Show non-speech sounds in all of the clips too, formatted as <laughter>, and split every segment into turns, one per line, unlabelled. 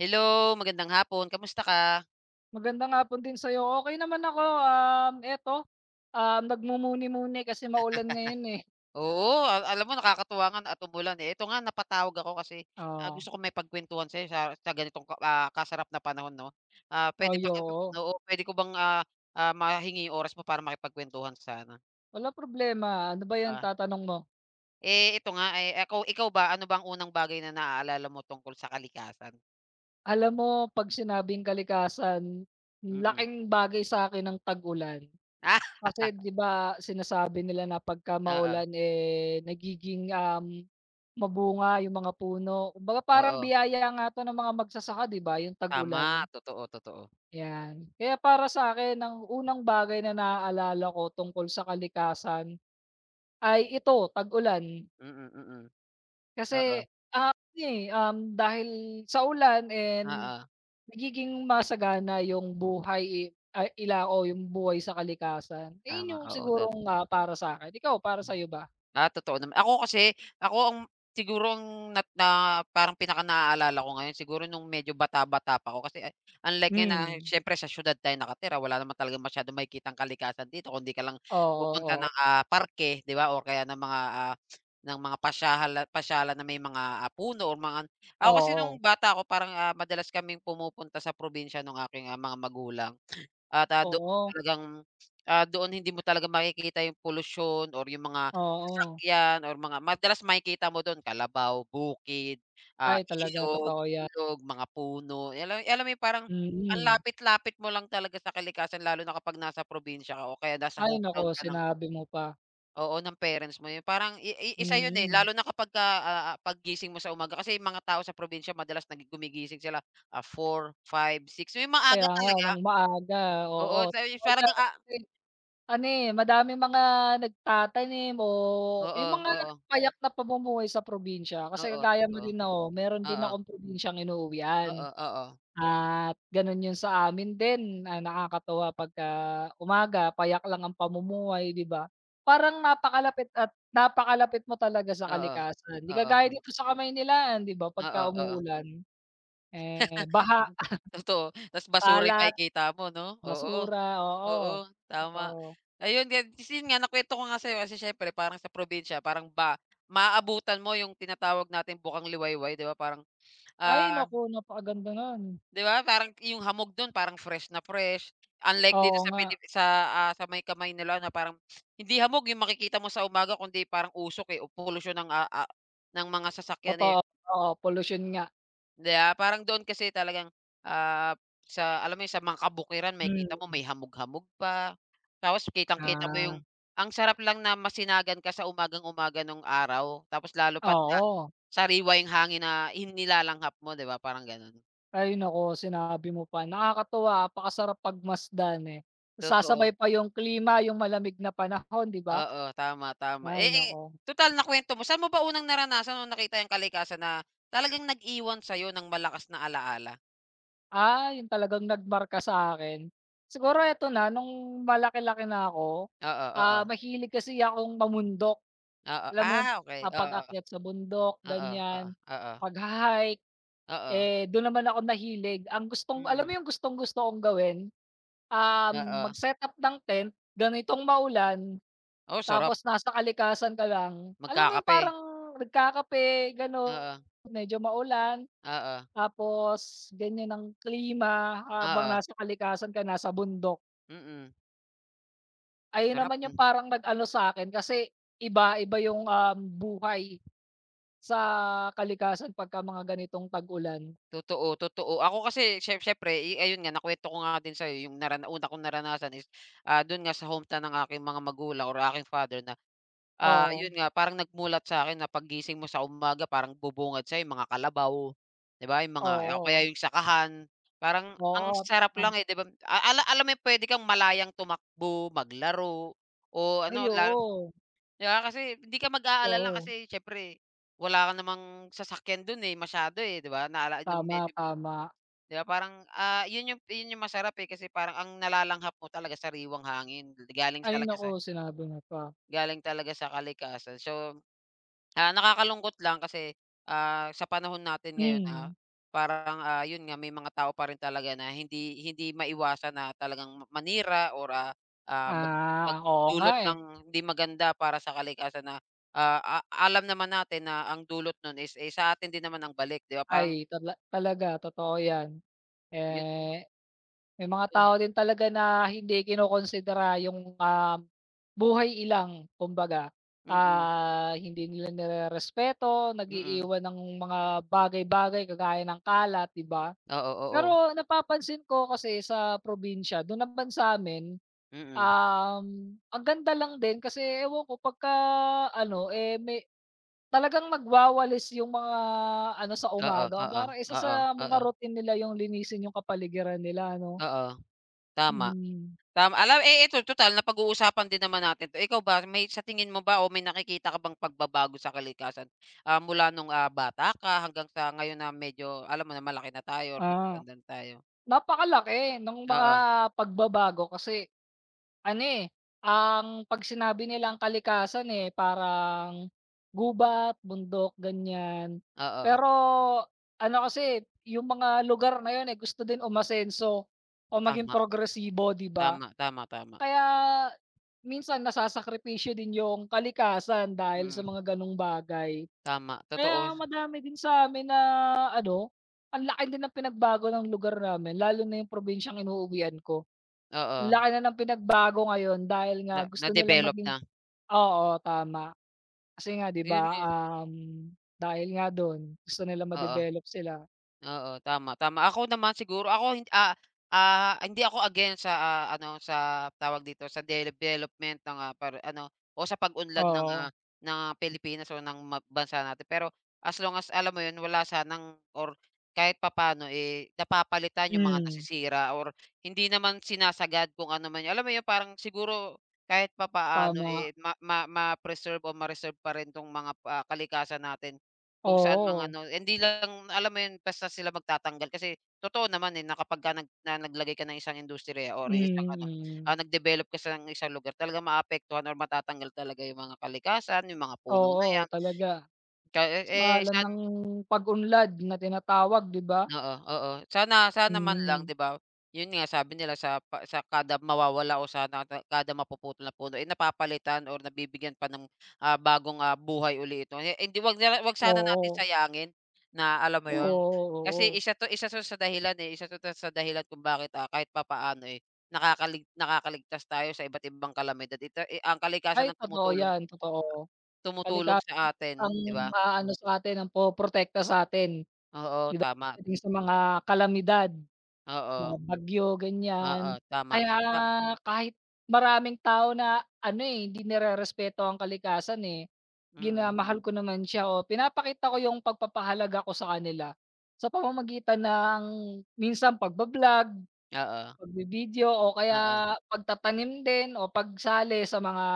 Hello, magandang hapon. Kamusta ka?
Magandang hapon din sa'yo. Okay naman ako, eto, nagmumuni-muni kasi maulan ngayon, eh.
Oo, alam mo nakakatuwa nga at umulan, eh. Ito nga napatawag ako kasi,
Oo.
gusto ko maipagkuwentuhan sa'yo sa ganitong kasarap na panahon, 'no. Pwede
Ay,
ba,
oo.
oo, puwede ko bang, mahingi yung oras mo para makipagkuwentuhan sana?
Walang problema. Ano ba 'yan
Ah,
tatanong mo?
Ito nga, eh, ikaw ba, ano bang unang bagay na naaalala mo tungkol sa kalikasan?
Alam mo 'pag sinabing kalikasan,
Mm.
laking bagay sa'kin ang tag-ulan.
Ah, <laughs>
Kasi 'di ba sinasabi nila na pagka
Oo,
maulan, eh, nagiging, mabunga yung mga puno. Kumbaga parang
oo.
biyaya nga 'to ng mga magsasaka, 'di ba, yung tag-ulan.
Tama, totoo, totoo.
Yan. Kaya para sa akin ang unang bagay na naaalala ko tungkol sa kalikasan ay ito, tag-ulan.
Mm, mm. Mm. Oo,
Kasi, ah, ano, eh, dahil sa ulan and
oo.
nagiging masagana yung buhay, eh, ay ila o yung buhay sa kalikasan.
Tama,
Iyon yung
oo,
sigurong, nga para sa sa'kin. Ikaw, para sa'yo ba?
Totoo naman. Ako kasi, ako ang siguro ang nat na parang pinaka-naaalala ko ngayon siguro nung medyo bata-bata pa ako kasi, unlike ngayon na
Hmm.
siyempre sa siyudad tayo nakatira, wala naman talagang masyadong makikitang kalikasan dito kundi ka lang
Oo,
pupunta
oo.
ng, parke, 'di ba, o kaya ng mga, ah, pasyalan na may mga, puno or mga. Ako kasi nung
Oo.
bata ako parang, madalas kaming pumupunta sa probinsya nung aking, mga magulang. At, doon
Oo.
talagang, doon hindi mo talaga makikita yung polusyon or yung mga
Oo.
sasakyan or mga madalas makikita mo do'n, kalabaw, bukid,
Ay talaga,
ilog,
totoo yan.
ilog, mga puno. Alam Alam mo yung parang ang
Mm.
lapit-lapit mo lang talaga sa kalikasan lalo na kapag nasa probinsya ka o kaya nasa
Ay naku,
hometown ka ng
sinabi mo pa.
oo, ng parents mo. Yung parang i isa yun, eh,
Mm.
lalo na kapagka, paggising mo sa umaga kasi yung mga tao sa probinsya madalas nagi sila, four five six yung maaga
Kaya nga
talaga.
ng maaga,
Oo,
oo,
so, yung
totoo
parang
yan.
ang
Kasi ano, eh, madaming mga nagtatanim o
oo,
yung mga
oo,
payak na pamumuhay sa probinsya. Kasi
oo,
kagaya mo
totoo.
din ako, meron din
Oo,
akong probinsyang inuuwian
oo, oo,
at gano'n yun sa amin din, ah, nakakatuwa pagka umaga payak lang ang pamumuhay, 'di ba? Parang napakalapit at napakalapit mo talaga sa
oo,
kalikasan. Di
oo,
kagaya dito sa Kamaynilaan, 'di ba,
oo,
pagka
oo.
umuulan, eh, baha,
<laughs> Totoo, tas basura yung
kalat.
makikita mo, 'no? Oo,
Basura, oo,
oo, tama.
totoo.
Ayun gan, tas yun nga nakwento ko nga sa'yo kasi siyempre parang sa probinsya, parang ba maabutan mo yung tinatawag nating bukang liwayway, 'di ba parang,
Ay
ah
naku, napakaganda no'n.
'Di ba parang yung hamog dun parang fresh na fresh, unlike dito
Oo
sa
nga,
Sa, sa may kamay nila na parang hindi hamog yung makikita mo sa umaga kundi parang usok, eh, o polusyon ng, ng mga sasakyan, eh,
totoo, oo, polusyon nga.
'di ba? Parang doon kasi talagang, ah, sa alam mo yun sa mga kabukiran makikita mo
Hmm,
may hamog-hamog pa, tapos kitang-kita mo yung
ah,
ang sarap lang na masinagan ka sa umagang-umaga nung araw tapos lalo pa't,
oo.
sariwa yung hangin na inilalanghap mo, 'di ba parang ganun,
Ay naku, sinabi mo pa, nakakatuwa, napakasarap pagmasdan, eh.
totoo.
Sasabay pa yung klima, yung malamig na panahon, 'di ba?
Oo, tama, tama.
Ay naku,
Tutal nakuwento mo, saan mo ba unang naranasan o nakita yung kalikasan na talagang nag-iwan sa'yo ng malakas na alaala?
ah, yun talagang nagmarka sa'kin. Siguro eto na, nung malaki-laki na ako,
Oo,
ah,
oo.
mahilig kasi akong mamundok.
Oo,
Alam mo yung
okay. Oo, oo.
papag-akyat sa bundok,
Oo, oo,
ganyan,
oo.
pag hike
Oo,
eh, doon naman ako nahilig. Ang gustong alam mo
mm.
yung gustong-gusto kong gawin,
Oo.
mag-setup ng tent, ganitong maulan,
Oh, sarap
tapos nasa kalikasan ka lang. Alam mo yung
magkakape.
parang nagkakape, gano'n,
Oo,
medyo maulan,
oo,
tapos ganyan ang klima habang
oo.
nasa kalikasan ka, nasa bundok.
Mm,
Ayun
sarap,
naman yung
hmm.
parang nag-ano sa akin, kasi iba-iba yung, buhay. Sa kalikasan pagka mga ganitong tag-ulan.
Totoo, totoo. Ako kasi siyempre, eh, ayun nga nakuwento ko nga din sa'yo yung una kong naranasan is, dun nga sa hometown ng aking mga magulang or aking father na,
Oo,
yun nga parang nagmulat sa akin na paggising mo sa umaga parang bubungad sa'yo yung mga kalabaw, 'di ba, yung mga o kaya
oo.
yung sakahan. Parang ang
Oo,
sarap
tama.
lang, eh, 'di ba? A ala Alam mo yung puwede kang malayang tumakbo, maglaro o
Ay
ano lal,
oo,
'di ba, kasi hindi ka mag-aalala
oo.
kasi siyempre wala ka namang sasakyan dun, eh, masyado, eh, 'di ba? Naala nung
Tama,
medyo
tama.
'di ba parang, 'yun yung masarap, eh, kasi parang ang nalalanghap mo talaga sariwang hangin
Ay naku, sinabi mo pa.
galing talaga sa kalikasan. So, nakakalungkot lang kasi, sa panahon natin ngayon,
Hmm.
parang, 'yun nga may mga tao pa rin talaga na hindi hindi maiwasan na talagang manira or, ah, mag
Ah, oo nga,
magdulot
eh.
ng hindi maganda para sa kalikasan na, ah, a alam naman natin na ang dulot nun is, eh, sa atin din naman ang balik, 'di ba parang
Ay tala talaga totoo 'yan.
'yun,
Eh, may mga
hmm,
tao din talaga na hindi kinokonsidera yung, buhay ilang kumbaga.
mm,
Ah, hindi nila nirerespeto,
mm.
nag-iiwan ng mga bagay-bagay kagaya ng kalat, 'di ba?
Oo, oo.
Pero napapansin ko kasi sa probinsya, do'n naman sa'min,
Mm.
um, ang ganda lang din kasi ewan ko pagka ano, eh, may talagang nagwawalis yung mga ano sa
Oo,
umaga.
oo,
Parang isa
oo,
sa mga
oo,
routine nila yung linisin yung kapaligiran nila 'no?
oo, tama.
Mm.
Tama, alam eh, ito tutal napag-uusapan din naman natin 'to. Ikaw ba, may sa tingin mo ba o may nakikita ka bang pagbabago sa kalikasan, mula nung, bata ka hanggang sa ngayon na medyo alam mo na malaki na tayo or
Ah,
matatanda na tayo?
napakalaki ng mga
Oo,
pagbabago kasi ano, eh, ang 'pag sinabi nilang kalikasan, eh, parang gubat, bundok, ganyan.
oo,
Pero ano kasi, yung mga lugar na yun, eh, gusto din umasenso o maging
tama,
progresibo, 'di ba?
tama, tama, tama.
Kaya minsan nasasakripisyo din yung kalikasan dahil sa
Mm,
mga gano'ng bagay.
tama, totoo,
Kaya madami din sa amin na ano, ang laki din ng pinagbago ng lugar namin lalo na yung probinsyang inuuwian ko.
oo,
Laki na ng pinagbago ngayon dahil
na
nga gusto nilang
na-develop
maging
na.
oo, tama. Kasi nga 'di ba,
Yun nga,
um, dahil nga don gusto nila
oo.
ma-develop sila,
Oo, tama, tama. Ako naman siguro ako hindi ako against sa, ano, sa tawag dito, sa development ng, para ano, o sa pag-unlad ng,
oo.
ng Pilipinas o ng ma bansa natin. Pero as long as alam mo 'yun, wala sanang or kahit papaano, eh, napapalitan yung mga
Hmm,
nasisira or hindi naman sinasagad kung ano man 'yun. Alam mo 'yun, parang siguro kahit papaano,
tama,
eh, ma ma ma-preserve o ma-reserve pa rin 'tong mga, kalikasan natin. Kung saan mga
oo.
ano hindi lang alam mo 'yun, basta sila magtatanggal kasi totoo naman, eh, na kapag ka naglagay ka ng isang industriya or isang ano,
Mm,
nag-develop ka sa ng isang lugar talaga maapektuhan or matatanggal talaga yung mga kalikasan, yung mga puno na
oo
'yan.
talaga.
Ka eh,
Mas
eh,
pangalan ng pag-unlad na tinatawag 'di ba?
Oo, oo. Sana sana man lang,
Mm,
'di ba, 'yun nga sabi nila sa pa sa kada mawawala o sana ta kada mapuputol na puno, eh, napapalitan or nabibigyan pa ng, bagong, buhay uli ito. Eh, hindi 'wag na 'wag sana natin
oo,
sayangin na alam mo yon
oo,
kasi
oo.
isa 'to sa dahilan, eh, isa 'to ta- sa dahilan kung bakit, kahit papaano, eh, nakakaligtas tayo sa iba't ibang kalamidad. Ito, eh, ang kalikasan
Ay
ang
totoo
tumutulong
yan, totoo.
tumutulong
Kalikasan
sa atin,
ang
'di ba?
aano sa'tin, ang pumuprotekta sa'tin
Oo,
'di ba,
tama.
pagdating sa mga kalamidad. Mga
Oo,
bagyo, ganyan.
oo, tama,
Kaya
tam
kahit maraming tao na ano, eh, hindi nirerespeto ang kalikasan, eh,
mm.
ginamahal ko naman siya o pinapakita ko yung pagpapahalaga ko sa kanila sa pamamagitan ng minsan pagbablog
Oo,
pagbi o
oo.
kaya pagtatanim din o pagsali sa mga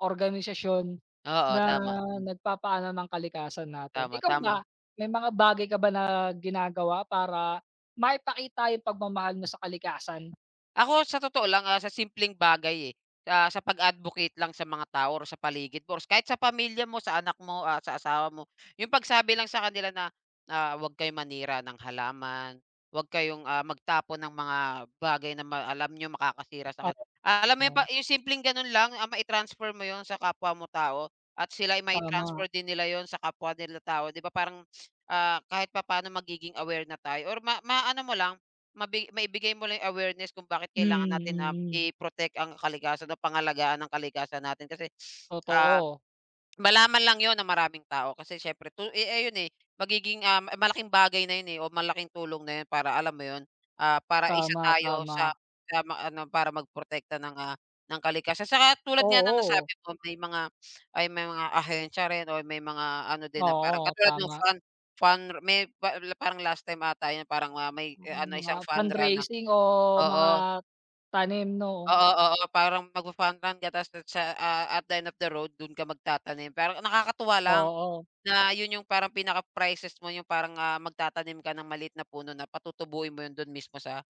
organisasyon
Oo,
na
tama,
nagpapaano ng kalikasan natin.
tama,
Ikaw ba,
tama.
may mga bagay ka ba na ginagawa para maipakita yung pagmamahal mo sa kalikasan?
Ako sa totoo lang, sa simpleng bagay, eh, sa pag-advocate lang sa mga tao or sa paligid mo or kahit sa pamilya mo, sa anak mo, sa asawa mo. Yung pagsabi lang sa kanila na, huwag kayong manira ng halaman, huwag kayong, magtapo ng mga bagay na ma alam niyo makakasira sa ka alam mo yung pa
Oo,
yung simpleng gano'n lang, mai-transfer mo yon sa kapwa mo tao at sila ay
tama.
mai-transfer din nila yon sa kapwa nila tao, 'di ba parang, kahit pa paano magiging aware na tayo or ma maano mo lang maibigay mo lang yung awareness kung bakit
Mm,
kailangan natin,
mm.
i-protect ang kalikasan o pangalagaan ng kalikasan natin kasi, ah
Totoo,
Malaman lang yon ng maraming tao kasi siyempre tu eh, ayun, eh, magiging, malaking bagay na 'yun, eh, o malaking tulong na 'yun para alam mo 'yun, para isa
tama,
tayo
tama.
sa ma ano, para magprotekta ng, ng kalikasan. Saka tulad nga ng
Oo,
nasabi mo may mga ay may mga ahensya rin o may mga ano din na parang
oo,
katulad ng
tama.
fun fun may pa parang last time ata 'yun parang, may, eh, ano
Yung mga
isang fun run na
fundraising o mga
oo,
tanim 'no?
oo, oo, oo, parang magfa-fun run ka ta's sa, at the end of the road dun ka magtatanim. Parang nakakatuwa lang.
Oo,
Na yun yung parang pinaka-prices mo yung parang, magtatanim ka ng maliit na puno na patutubuin mo yun dun mismo sa,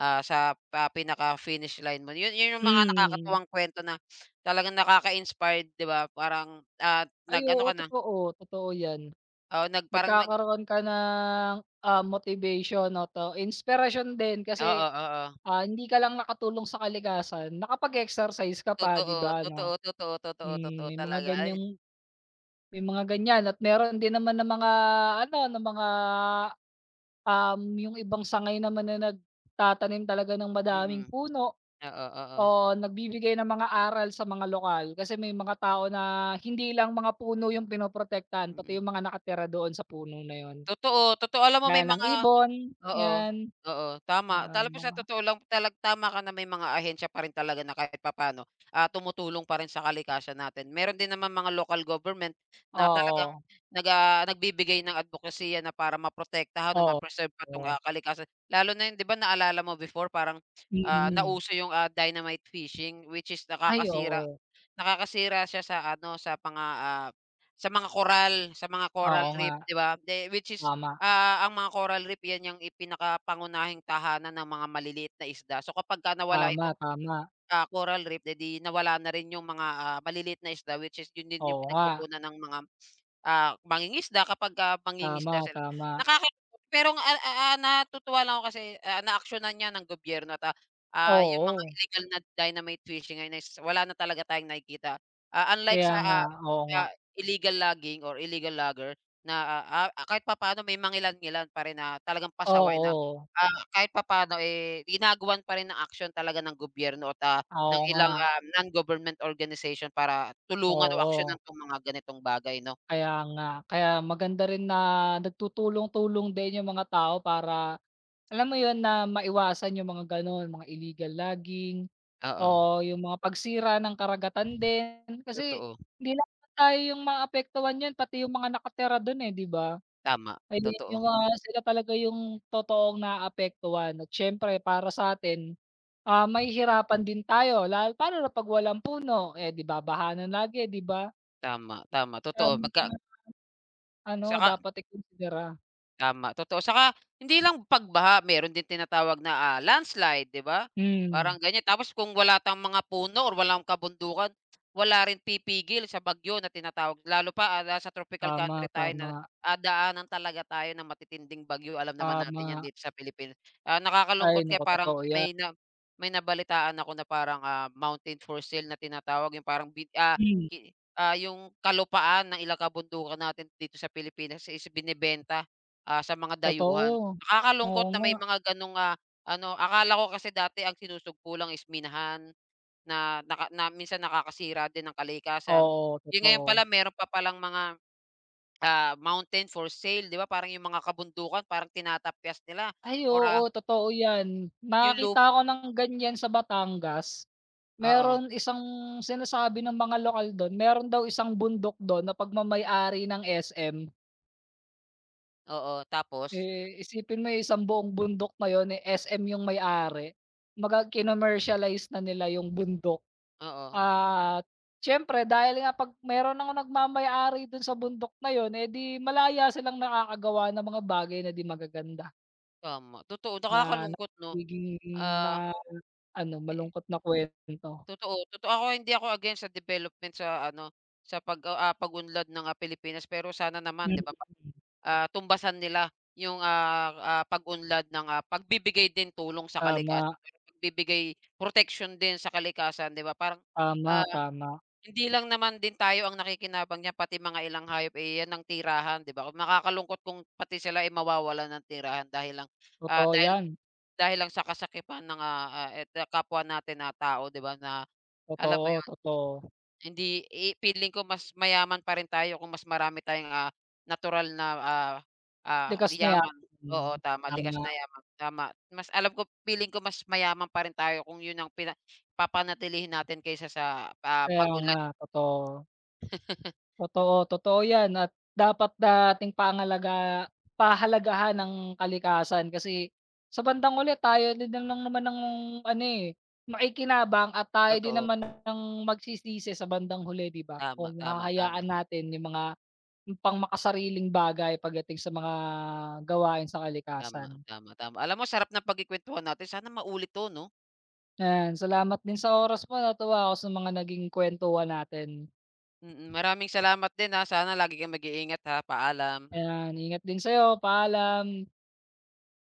sa, pinaka-finish line mo. Yun yun yung mga
mm.
nakakatuwang kwento na talagang nakaka-inspired, 'di ba? Parang,
Ay
nag-ano
oo,
ka na,
totoo, totoo 'yan.
oo, nag parang nag
Nagkakaroon ka ng, ah, motivation o 'to inspiration din
oo,
kasi,
oo. Oo.
ah, hindi ka lang nakatulong sa kalikasan, nakapag-exercise ka pa 'di
Totoo,
ba No,
totoo, totoo, totoo,
hmm,
totoo
may mga
talaga. Ay,
ganyang, may mga ganyan. At meron din naman ng mga ano, ng mga, yung ibang sangay naman na nagtatanim talaga ng
mm.
madaming
Mm.
puno.
Oo, oo. Oo.
Oo, nagbibigay ng mga aral sa mga lokal kasi may mga tao na hindi lang mga puno yung pinoprotektahan pati
Mm.
yung mga nakatira doon sa puno na yun.
Totoo, totoo. Alam mo may
Gaya ng
mga
ibon,
oo,
'yan,
oo, tama. Alam mo sa
mga
totoo lang talag tama ka na may mga ahensya pa rin talaga na kahit papaano, tumutulong pa rin sa kalikasan natin. Meron din naman mga local government na talagang
oo,
nagbibigay ng advokasya na para maprotektahan o
oo,
ma-preserve pa 'tong,
oo,
kalikasan. Lalo na 'yun, 'di ba naalala mo before parang,
mm.
nauso 'yung, dynamite fishing which is
Ay
nakakasira.
oo,
Nakakasira siya sa ano, sa mga, sa mga coral
oo nga,
reef, 'di ba? De which is,
tama,
ang mga coral reef, 'yan yung i pinakapangunahing tahanan ng mga maliliit na isda. So kapagka nawala
tama,
itong,
tama,
coral reef, eh, 'di nawala na rin yung mga, maliliit na isda which is yun din yung
oo nga,
pinagkukunan ng mga, mangingisda kapagka mangingisda
tama,
sila.
tama,
Nakaka pero ang, natutuwa lang ako kasi, naaksiyunan niya ng gobyerno at. Yung mga
oo,
illegal na dynamite fishing ay is wala na talaga tayong nakikita. Unlike
kaya
sa,
nga,
illegal logging or illegal logger na, kahit papaano may mangilan-ngilan pa rin na talagang pasaway na,
oo,
kahit papaano, eh, ginagawan pa rin ng aksyon talaga ng gobyerno at,
oo
ng
nga,
ilang, non-government organization para tulungan o aksyonan
oo.
'tong mga ganitong bagay, 'no?
Kaya nga. Kaya maganda rin na nagtutulong-tulong din yung mga tao para, alam mo yun, na maiwasan yung mga gano'n, mga illegal logging o
Oo,
yung mga pagsira ng karagatan din. Kasi
totoo,
hindi lang naman tayo yung maapektuhan niyan, pati yung mga nakatira do'n, eh, 'di ba?
tama,
Ay
totoo,
yung mga sila talaga yung totoong naaapektuhan at siyempre para sa sa'tin, ah, may hirapan din tayo lalo paano na 'pag walang puno, eh, 'di ba bahanan lagi, eh, 'di ba?
tama, tama,
Kaya
totoo
yung
magka
mga ano,
saka.
dapat ikonsidera.
Tama, totoo. Saka hindi lang pagbaha, meron din tinatawag na, landslide, 'di ba?
Hmm,
Parang ganyan. Tapos kung wala tang mga puno or walang kabundukan, wala rin pipigil sa bagyo na tinatawag. Lalo pa, nasa tropical
tama,
country tayo na,
tama,
daanan talaga tayo ng matitinding bagyo. Alam naman natin 'yan
tama.
dito sa Pilipinas.
Ay
Nakakalungkot nga
naku,
parang
totoo yan.
may na may nabalitaan ako na parang, mountain for sale na tinatawag, yung parang bid ah,
Hmm,
ki ah, yung kalupaan ng ilang kabundukan natin dito sa Pilipinas is binebenta. Sa mga dayuhan.
totoo. Oo
Nakakalungkot na
nga,
may mga ganong, ano akala ko kasi dati ang sinusugpo lang is minahan na naka na minsan nakakasira din ng kalikasan.
oo,
Yung ngayon
totoo.
pala meron pa palang mga, mountain for sale, 'di ba parang yung mga kabundukan parang tinatapyas nila
Ay
or,
oo, totoo yan.
yung lu
Nakakita ako ng ganyan sa Batangas.
oo,
Meron isang sinasabi ng mga lokal don, meron daw isang bundok don, na pagmamay-ari ng SM.
oo tapos
Eh, isipin mo eh, isang buong bundok na yun, eh, SM yung may-ari. Kumbaga kinomercialize na nila yung bundok.
oo,
At siyempre dahil nga 'pag meron ng nagmamay-ari dun sa bundok na yun, eh, di malaya silang nakakagawa ng mga bagay na di magaganda
tama. Totoo
na
nakakalungkot, 'no,
nagiging
ah,
na ano,
eh
malungkot na kuwento.
Totoo, totoo. Ako hindi ako against sa development sa ano, sa pag pag-unlad ng, Pilipinas pero sana naman,
Mm,
'di ba, pa tumbasan nila yung, pag-unlad ng, pagbibigay din tulong sa kalikasan,
tama,
pero pagbibigay proteksyon din sa kalikasan, 'di ba parang,
tama,
ah,
tama.
hindi lang naman din tayo ang nakikinabang niyan pati mga ilang hayop, eh, yan ang tirahan, 'di ba, makakalungkot kung pati sila ay mawawalan ng tirahan dahil lang.
Totoo
Dahil
yan,
dahil lang sa kasakipan ng, kapwa natin na tao, 'di ba, na alam mo
totoo,
'yun,
totoo.
hindi i feeling ko mas mayaman pa rin tayo kung mas marami tayong, natural na,
Likas na yan,
yaman.
hmm,
Oo, tama, likas
tama.
na yaman, tama. Mas alam ko feeling ko mas mayaman pa rin tayo kung 'yun ang pina papanatilihin natin kaysa sa,
Kaya nga,
pag-unlad,
totoo. Totoo, totoo 'yan at dapat nating pangalaga pahalagahan ng kalikasan kasi sa bandang huli tayo din lang naman ng ano, eh, makikinabang at tayo din
totoo.
naman ng magsisisi sa bandang huli 'di ba?
Tama,
Kung
tama, tama,
hahayaan natin yung mga yung pangmakasariling bagay pagdating sa mga gawain sa
tama,
kalikasan.
tama, tama. Alam mo sarap ng pagkukuwentuhan natin sana maulit 'to, 'no?
Ayan, salamat din sa oras mo, natuwa ako sa mga naging kuwentuhan natin.
Mm, maraming salamat din, ha. Sana lagi kang mag-iingat, ha. Paalam.
Ayan, ingat din sa'yo, paalam.